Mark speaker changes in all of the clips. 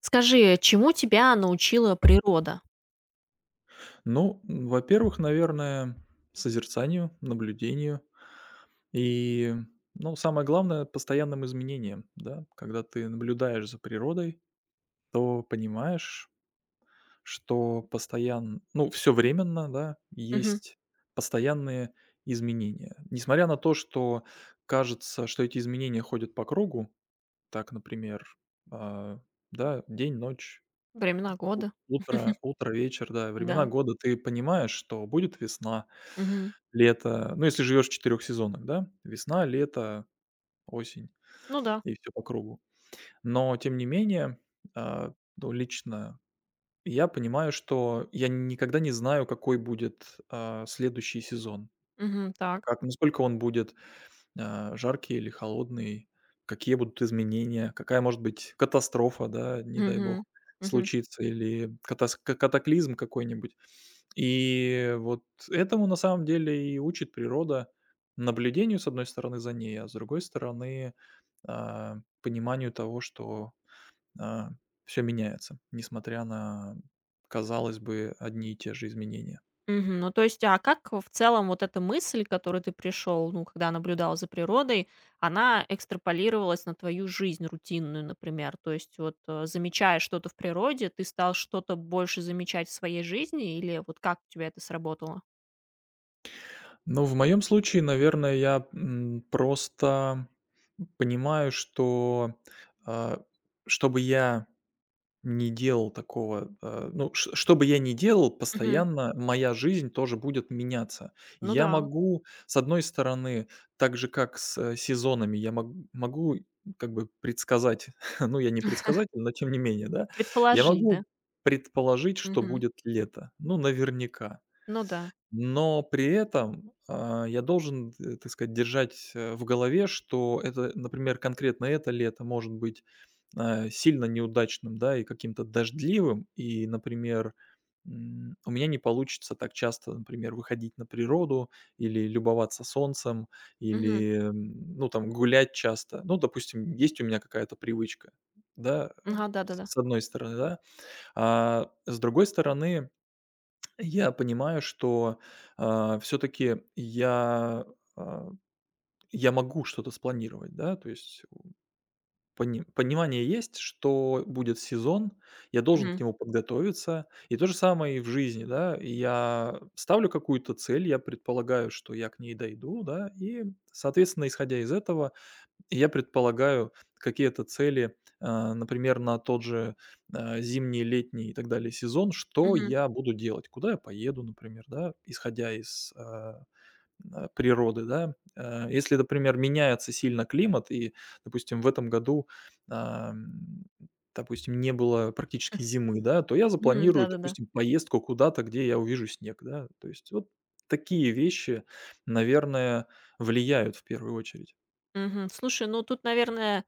Speaker 1: Скажи, чему тебя научила природа?
Speaker 2: Ну, во-первых, наверное, созерцанию, наблюдению и, ну, самое главное, постоянным изменениям, да. Когда ты наблюдаешь за природой, то понимаешь, что постоянно, ну, все временно, да,
Speaker 1: Мгм.
Speaker 2: есть постоянные изменения. Несмотря на то, что кажется, что эти изменения ходят по кругу, так, например, а, да, день, ночь,
Speaker 1: Времена
Speaker 2: у
Speaker 1: года,
Speaker 2: утро утро, вечер, да, времена
Speaker 1: да.
Speaker 2: года. Ты понимаешь, что будет весна,
Speaker 1: Мгм.
Speaker 2: лето. Ну, если живешь в 4 сезонах, да? Весна, лето, осень
Speaker 1: Ну да.
Speaker 2: и все по кругу. Но тем не менее, ну, лично я понимаю, что я никогда не знаю, какой будет, следующий сезон.
Speaker 1: Мгм. Так.
Speaker 2: Как насколько он будет, жаркий или холодный, какие будут изменения, какая может быть катастрофа, да, не дай
Speaker 1: Мгм.
Speaker 2: бог,
Speaker 1: Мгм.
Speaker 2: случится или катас ка катаклизм какой-нибудь. И вот этому на самом деле и учит природа наблюдению, с одной стороны, за ней, а с другой стороны, пониманию того, что все меняется, несмотря на, казалось бы, одни и те же изменения.
Speaker 1: Мгм. Ну, то есть, как в целом вот эта мысль, к которой ты пришел, ну, когда наблюдал за природой, она экстраполировалась на твою жизнь рутинную, например? То есть, замечая что-то в природе, ты стал что-то больше замечать в своей жизни, или вот как у тебя это сработало?
Speaker 2: Но в моем случае, наверное, я просто понимаю, что а, чтобы я не делал такого, ну, ш что бы я ни делал,
Speaker 1: Мгм.
Speaker 2: постоянно моя жизнь тоже будет меняться.
Speaker 1: Ну
Speaker 2: Я
Speaker 1: да.
Speaker 2: могу, с одной стороны, так же, как с, сезонами, я могу как бы предсказать, ну, я не предсказатель, но тем не менее, да, я
Speaker 1: Предположить, да?
Speaker 2: могу предположить, что
Speaker 1: Мгм.
Speaker 2: будет лето, ну, наверняка.
Speaker 1: Ну да.
Speaker 2: Но при этом, я должен, так сказать, держать, в голове, что это, например, конкретно это лето может быть, сильно неудачным, да, и каким-то дождливым. И, например, у меня не получится так часто, например, выходить на природу или любоваться солнцем,
Speaker 1: Мгм.
Speaker 2: или, ну, там, гулять часто. Ну, допустим, есть у меня какая-то привычка, да,
Speaker 1: Ага,
Speaker 2: с
Speaker 1: да-да-да.
Speaker 2: с одной стороны, да. А с другой стороны я понимаю, что, все таки а, я могу что-то спланировать, да, то есть понимание есть, что будет сезон, я должен к
Speaker 1: Мгм.
Speaker 2: нему подготовиться. И то же самое и в жизни, да. Я ставлю какую-то цель, я предполагаю, что я к ней дойду, да, и, соответственно, исходя из этого, и я предполагаю какие-то цели, например, на тот же, зимний, летний и так далее сезон, что
Speaker 1: Мгм.
Speaker 2: я буду делать, куда я поеду, например, да, исходя из, природы, да. Если, например, меняется сильно климат и, допустим, в этом году, ам, допустим, не было практически зимы, да, то я
Speaker 1: Мгм.
Speaker 2: запланирую,
Speaker 1: Да-да-да.
Speaker 2: допустим, поездку куда-то, где я увижу снег, да. То есть вот такие вещи, наверное, влияют в первую очередь.
Speaker 1: Мгм. Слушай, ну тут, наверное,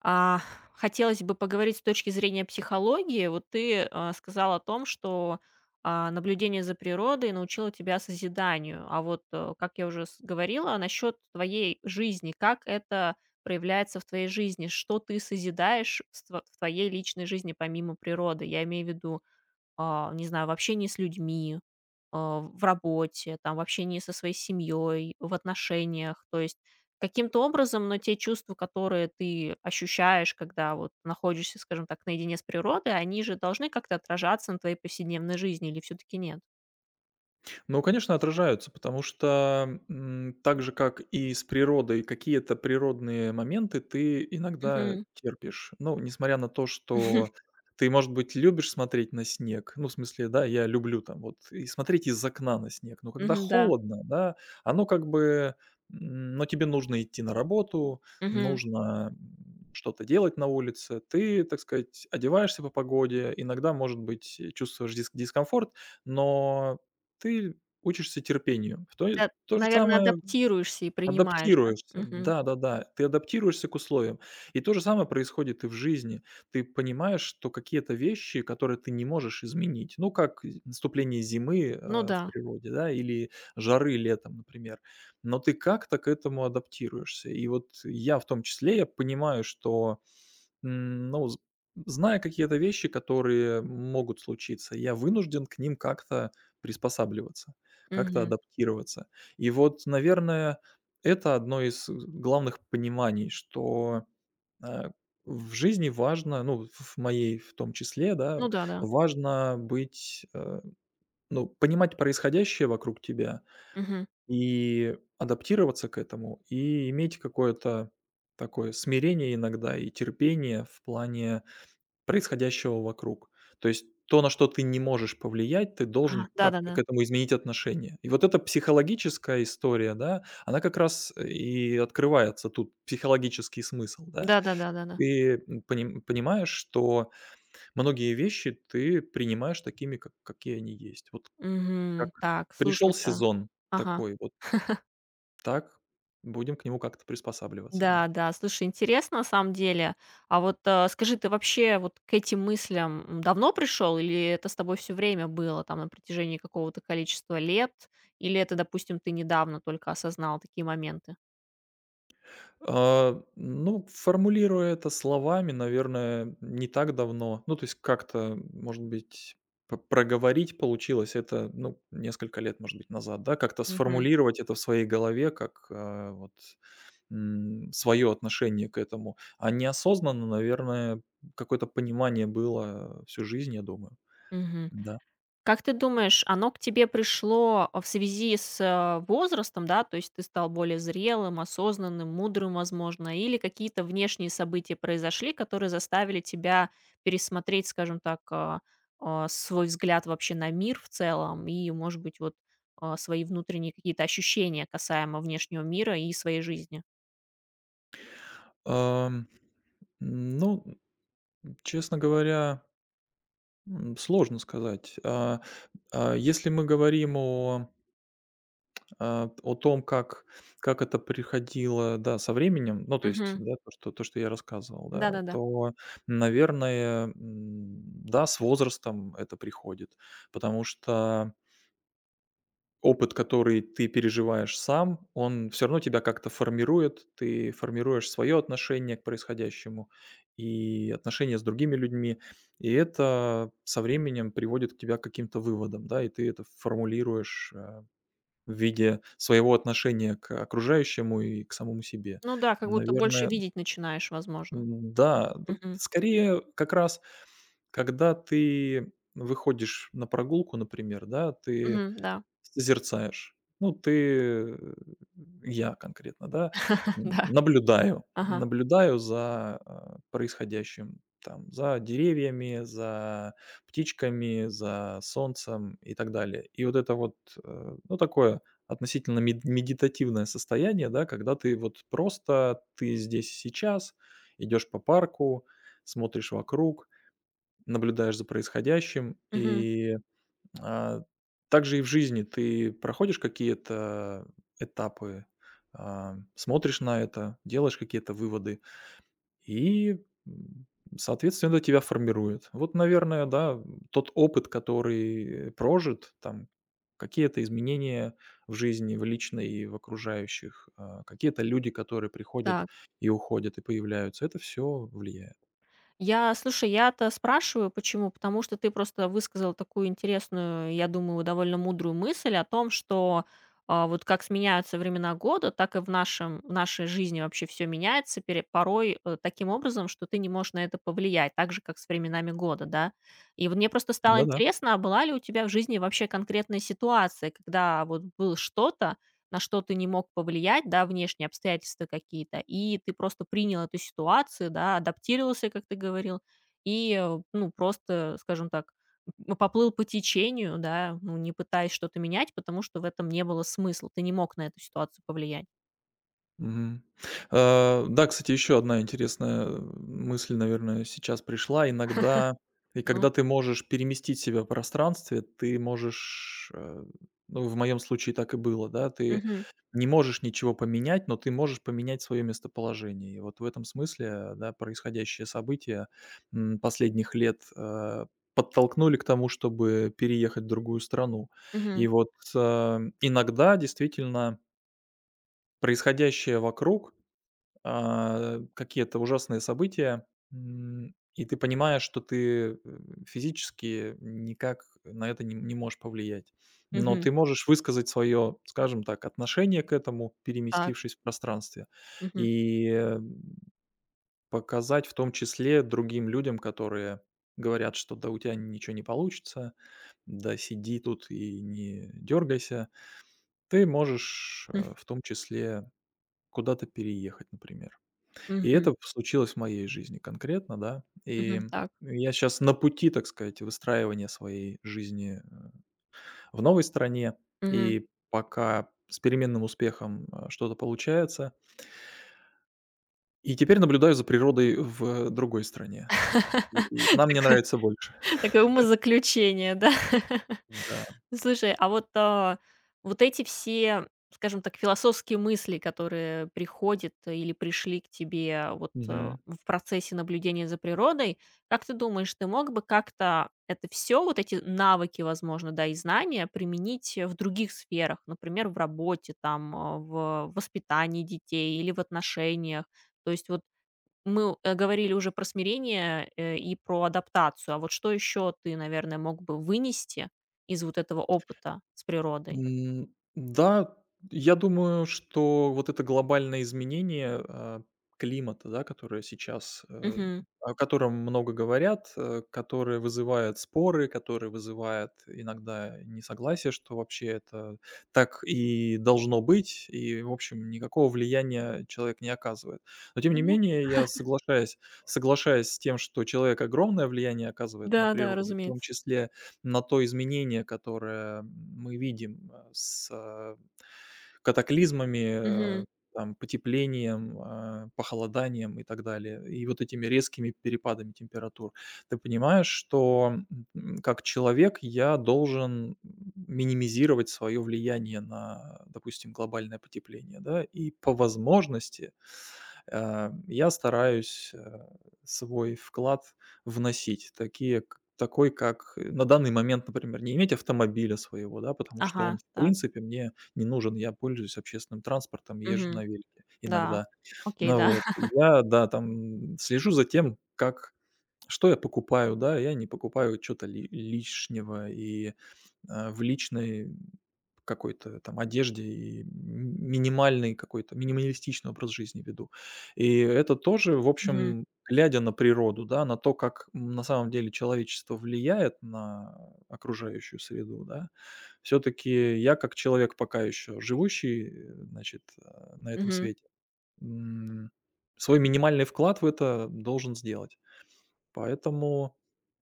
Speaker 1: А, хотелось бы поговорить с точки зрения психологии. Вот ты, сказал о том, что, наблюдение за природой научило тебя созиданию. А вот, как я уже с говорила, насчет твоей жизни, как это проявляется в твоей жизни? Что ты созидаешь в ст в твоей личной жизни помимо природы? Я имею в виду не знаю, в общении с людьми, в работе, там, в общении со своей семьей, в отношениях. То есть каким-то образом, но те чувства, которые ты ощущаешь, когда вот находишься, скажем так, наедине с природой, они же должны как-то отражаться на твоей повседневной жизни или все-таки нет?
Speaker 2: Ну, конечно, отражаются, потому что, так же, как и с природой, какие-то природные моменты ты иногда
Speaker 1: Мгм.
Speaker 2: терпишь. Ну, несмотря на то, что ты, может быть, любишь смотреть на снег, ну, в смысле, да, я люблю там вот и смотреть из окна на снег, но когда
Speaker 1: Мгм, да.
Speaker 2: холодно, да, оно как бы, но тебе нужно идти на работу,
Speaker 1: Мгм.
Speaker 2: нужно, что-то делать на улице, ты, так сказать, одеваешься по погоде, иногда, может быть, чувствуешь дискомфорт, но ты учишься терпению. В то в
Speaker 1: Ты,
Speaker 2: то же
Speaker 1: наверное,
Speaker 2: самое
Speaker 1: адаптируешься и принимаешь, да?
Speaker 2: адаптируешься.
Speaker 1: Мгм.
Speaker 2: Да-да-да, ты адаптируешься к условиям. И то же самое происходит и в жизни. Ты понимаешь, что какие-то вещи, которые ты не можешь изменить, ну, как з наступление зимы,
Speaker 1: Ну
Speaker 2: в
Speaker 1: да.
Speaker 2: природе, да, или жары летом, например, но ты как-то к этому адаптируешься. И вот я в том числе, я понимаю, что ну, з зная какие-то вещи, которые могут случиться, я вынужден к ним как-то приспосабливаться, как-то
Speaker 1: Мгм.
Speaker 2: адаптироваться. И вот, наверное, это одно из главных пониманий, что, э, в жизни важно, ну, в моей в том числе, да,
Speaker 1: Ну да-да.
Speaker 2: важно быть, ну, понимать происходящее вокруг тебя
Speaker 1: Мгм.
Speaker 2: и адаптироваться к этому, и иметь какое-то такое смирение иногда и терпение в плане происходящего вокруг. То есть то, на что ты не можешь повлиять, ты
Speaker 1: Ага.
Speaker 2: должен как-то к
Speaker 1: Да-да-да.
Speaker 2: этому изменить отношение. И вот эта психологическая история, да, она как раз и открывается тут, психологический смысл, да.
Speaker 1: Да-да-да-да-да.
Speaker 2: Ты, понимаешь, что многие вещи ты принимаешь такими, как какие они есть. Вот как
Speaker 1: Мгм. Так,
Speaker 2: пришел
Speaker 1: слушай, да.
Speaker 2: сезон
Speaker 1: Ага.
Speaker 2: такой, вот так будем к нему как-то приспосабливаться,
Speaker 1: Да,
Speaker 2: да.
Speaker 1: да, слушай, интересно на самом деле. А вот, скажи, ты вообще вот к этим мыслям, давно пришел или это с тобой все время было, там, на протяжении какого-то количества лет? Или это, допустим, ты недавно только осознал такие моменты?
Speaker 2: Ну, формулируя это словами, наверное, не так давно. Ну, то есть как-то, может быть, проговорить получилось это, ну, несколько лет, может быть, назад, да, как-то
Speaker 1: Мгм.
Speaker 2: сформулировать это в своей голове, как вот свое отношение к этому. А неосознанно, наверное, какое-то понимание было всю жизнь, я думаю.
Speaker 1: Мгм.
Speaker 2: Да.
Speaker 1: Как ты думаешь, оно к тебе пришло в связи с возрастом, да, то есть ты стал более зрелым, осознанным, мудрым, возможно, или какие-то внешние события произошли, которые заставили тебя пересмотреть, скажем так, свой взгляд вообще на мир в целом и, может быть, вот свои внутренние какие-то ощущения касаемо внешнего мира и своей жизни?
Speaker 2: Ам, ну, честно говоря, сложно сказать. Если мы говорим о о том, как это приходило, да, со временем, ну, то есть,
Speaker 1: Мгм.
Speaker 2: да, то, что я рассказывал, да,
Speaker 1: Да-да-да.
Speaker 2: то, наверное, да, с возрастом это приходит, потому что опыт, который ты переживаешь сам, он все равно тебя как-то формирует, ты формируешь свое отношение к происходящему и отношения с другими людьми, и это со временем приводит к каким-то выводам, да, и ты это формулируешь, в виде своего отношения к окружающему и к самому себе.
Speaker 1: Ну да, как будто больше
Speaker 2: Наверное,
Speaker 1: видеть начинаешь, возможно.
Speaker 2: да, д
Speaker 1: Мгм.
Speaker 2: скорее как раз, когда ты выходишь на прогулку, например, да, ты
Speaker 1: Мгм. Да.
Speaker 2: созерцаешь. Ну, ты, э, я конкретно, да, н
Speaker 1: Да.
Speaker 2: наблюдаю,
Speaker 1: Ага.
Speaker 2: наблюдаю за, происходящим, там, за деревьями, за птичками, за солнцем и так далее. И вот это вот, ну, такое относительно медитативное состояние, да, когда ты вот просто, ты здесь и сейчас, идешь по парку, смотришь вокруг, наблюдаешь за происходящим
Speaker 1: Мгм.
Speaker 2: и а, также и в жизни ты проходишь какие-то этапы, смотришь на это, делаешь какие-то выводы и, м, соответственно, это тебя формирует. Вот, наверное, да, тот опыт, который прожит, там какие-то изменения в жизни, в личной и в окружающих, какие-то люди, которые приходят
Speaker 1: Так.
Speaker 2: и уходят, и появляются, это все влияет.
Speaker 1: Я, слушай, я-то спрашиваю, почему? Потому что ты просто высказал такую интересную, я думаю, довольно мудрую мысль о том, что вот как сменяются времена года, так и в, нашем, в нашей жизни вообще все меняется, пере- порой таким образом, что ты не можешь на это повлиять, так же, как с временами года, да. И вот мне просто стало
Speaker 2: Да-да.
Speaker 1: интересно, а была ли у тебя в жизни вообще конкретная ситуация, когда вот было что-то, на что ты не мог повлиять, да, внешние обстоятельства какие-то, и ты просто принял эту ситуацию, да, адаптировался, как ты говорил, и, ну, просто, скажем так, поплыл по течению, да, ну, не пытаясь что-то менять, потому что в этом не было смысла, ты не мог на эту ситуацию повлиять.
Speaker 2: Мгм. Да, кстати, еще одна интересная, мысль, наверное, сейчас пришла. Иногда и
Speaker 1: Ну,
Speaker 2: когда ты можешь переместить себя в пространстве, ты можешь, ну, в моем случае так и было, да, ты
Speaker 1: мгм,
Speaker 2: не можешь ничего поменять, но ты можешь поменять свое местоположение. И вот в этом смысле, да, происходящие события, последних лет, подтолкнули к тому, чтобы переехать в другую страну. И
Speaker 1: мгм,
Speaker 2: вот, иногда действительно происходящее вокруг какие-то ужасные события, и ты понимаешь, что ты, физически никак на это не можешь повлиять. Но
Speaker 1: мгм,
Speaker 2: ты можешь высказать свое, скажем так, отношение к этому,
Speaker 1: так,
Speaker 2: переместившись в пространстве,
Speaker 1: мгм,
Speaker 2: и, показать в том числе другим людям, которые говорят, что да у тебя ничего не получится, да сиди тут и не дергайся. Ты можешь,
Speaker 1: м,
Speaker 2: в том числе куда-то переехать, например. И
Speaker 1: мгм,
Speaker 2: это случилось в моей жизни конкретно, да. И
Speaker 1: мгм, так,
Speaker 2: я сейчас на пути, так сказать, выстраивания своей жизни в новой стране,
Speaker 1: мгм.
Speaker 2: и пока с переменным успехом, что-то получается. И теперь наблюдаю за природой в другой стране. И она мне
Speaker 1: Так.
Speaker 2: нравится больше.
Speaker 1: Такое умозаключение, да.
Speaker 2: Да.
Speaker 1: Слушай, а вот, вот эти все, скажем так, философские мысли, которые приходят или пришли к тебе вот,
Speaker 2: Мгм.
Speaker 1: в процессе наблюдения за природой, как ты думаешь, ты мог бы как-то это все вот эти навыки, возможно, да, и знания применить, в других сферах? Например, в работе, там, в воспитании детей или в отношениях? То есть вот мы, говорили уже про смирение, и про адаптацию. А вот что еще ты, наверное, мог бы вынести из вот этого опыта с природой?
Speaker 2: Да, я думаю, что вот это глобальное изменение, климата, да, которое сейчас,
Speaker 1: Мгм.
Speaker 2: о котором много говорят, которое вызывает споры, которое вызывает иногда несогласие, что вообще это так и должно быть, и, в общем, никакого влияния человек не оказывает. Но тем не
Speaker 1: Ну
Speaker 2: менее, я соглашаюсь с тем, что человек огромное влияние оказывает на
Speaker 1: да-да,
Speaker 2: природу, в том
Speaker 1: разумеется.
Speaker 2: числе на то изменение, которое мы видим, с, катаклизмами,
Speaker 1: Мгм.
Speaker 2: там, потеплением, похолоданием и так далее, и вот этими резкими перепадами температур. Ты понимаешь, что, как человек я должен минимизировать свое влияние на, допустим, глобальное потепление, да, и по возможности, я стараюсь, свой вклад вносить, такие к такой, как на данный момент, например, не иметь автомобиля своего, да, потому что он,
Speaker 1: Ага,
Speaker 2: в
Speaker 1: так.
Speaker 2: принципе, мне не нужен. Я пользуюсь общественным транспортом, езжу
Speaker 1: Мгм.
Speaker 2: на велике
Speaker 1: Да.
Speaker 2: иногда.
Speaker 1: Окей,
Speaker 2: Ну
Speaker 1: да.
Speaker 2: вот. Я, да, там слежу за тем, как что я покупаю, да, я не покупаю что то лишнего и в личной какой-то там одежде и минимальный какой-то минималистичный образ жизни веду. И это тоже, в
Speaker 1: Мгм.
Speaker 2: общем, глядя на природу, да, на то, как на самом деле человечество влияет на окружающую среду, да, все-таки я как человек, пока еще живущий, значит, на этом
Speaker 1: Мгм.
Speaker 2: свете, м, свой минимальный вклад в это должен сделать. Поэтому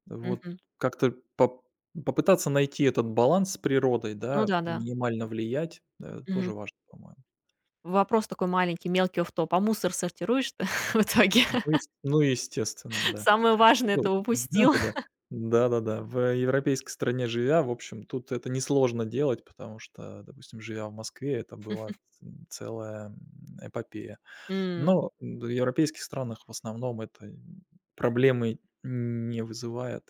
Speaker 2: вот
Speaker 1: Мгм.
Speaker 2: как-то попытаться найти этот баланс с природой,
Speaker 1: Ну
Speaker 2: да,
Speaker 1: да-да.
Speaker 2: минимально влиять, тоже
Speaker 1: Мгм.
Speaker 2: важно, по-моему.
Speaker 1: Вопрос такой маленький, мелкий офф-топ. А мусор сортируешь ты в итоге?
Speaker 2: Ну, ес ну, естественно, да.
Speaker 1: Самое важное
Speaker 2: Ну
Speaker 1: это упустил.
Speaker 2: да-да-да. Да-да-да. В европейской стране живя, в общем, тут это несложно делать, потому что, допустим, живя в Москве, это была целая, эпопея.
Speaker 1: М.
Speaker 2: Но в европейских странах в основном это проблемы не вызывает.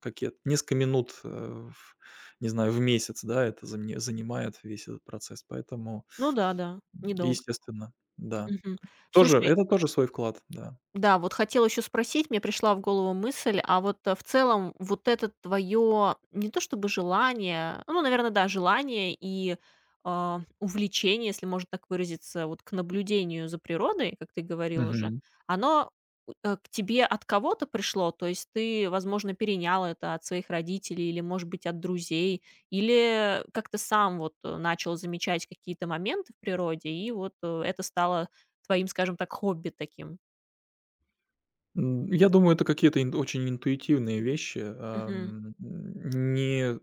Speaker 2: Как я несколько минут, в, не знаю, в месяц, да, это заме занимает весь этот процесс, поэтому,
Speaker 1: Ну да-да, недолго.
Speaker 2: естественно, да.
Speaker 1: Мгм.
Speaker 2: Тоже
Speaker 1: Слушай.
Speaker 2: это тоже свой вклад, да.
Speaker 1: Да, вот хотела еще спросить, мне пришла в голову мысль, а вот в целом вот это твое не то чтобы желание, ну, наверное, да, желание и увлечение, если можно так выразиться, вот к наблюдению за природой, как ты говорил уже,
Speaker 2: Мгм.
Speaker 1: оно к тебе от кого-то пришло, то есть ты, возможно, перенял это от своих родителей или, может быть, от друзей, или как-то сам вот начал замечать какие-то моменты в природе, и вот это стало твоим, скажем так, хобби таким.
Speaker 2: Я думаю, это какие-то ин очень интуитивные вещи,
Speaker 1: Мгм.
Speaker 2: не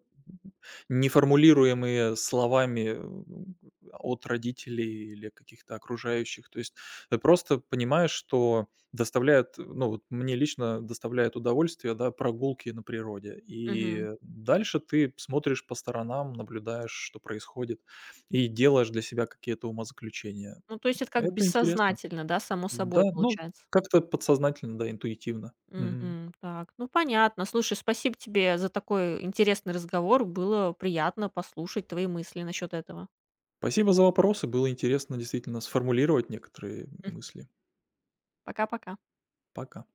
Speaker 2: не формулируемые словами, от родителей или каких-то окружающих. То есть ты просто понимаешь, что доставляет, ну, вот мне лично доставляет удовольствие, да, прогулки на природе.
Speaker 1: Мгм.
Speaker 2: И дальше ты смотришь по сторонам, наблюдаешь, что происходит, и делаешь для себя какие-то умозаключения.
Speaker 1: Ну, то есть это как
Speaker 2: Это интересно.
Speaker 1: бессознательно, да, само
Speaker 2: Да,
Speaker 1: собой
Speaker 2: ну,
Speaker 1: получается?
Speaker 2: как-то подсознательно, да, интуитивно. Мгм.
Speaker 1: Мгм. Так, ну понятно. Слушай, спасибо тебе за такой интересный разговор. Было приятно послушать твои мысли насчет этого.
Speaker 2: Спасибо за вопросы. Было интересно действительно сформулировать некоторые
Speaker 1: М,
Speaker 2: мысли.
Speaker 1: Пока-пока.
Speaker 2: Пока.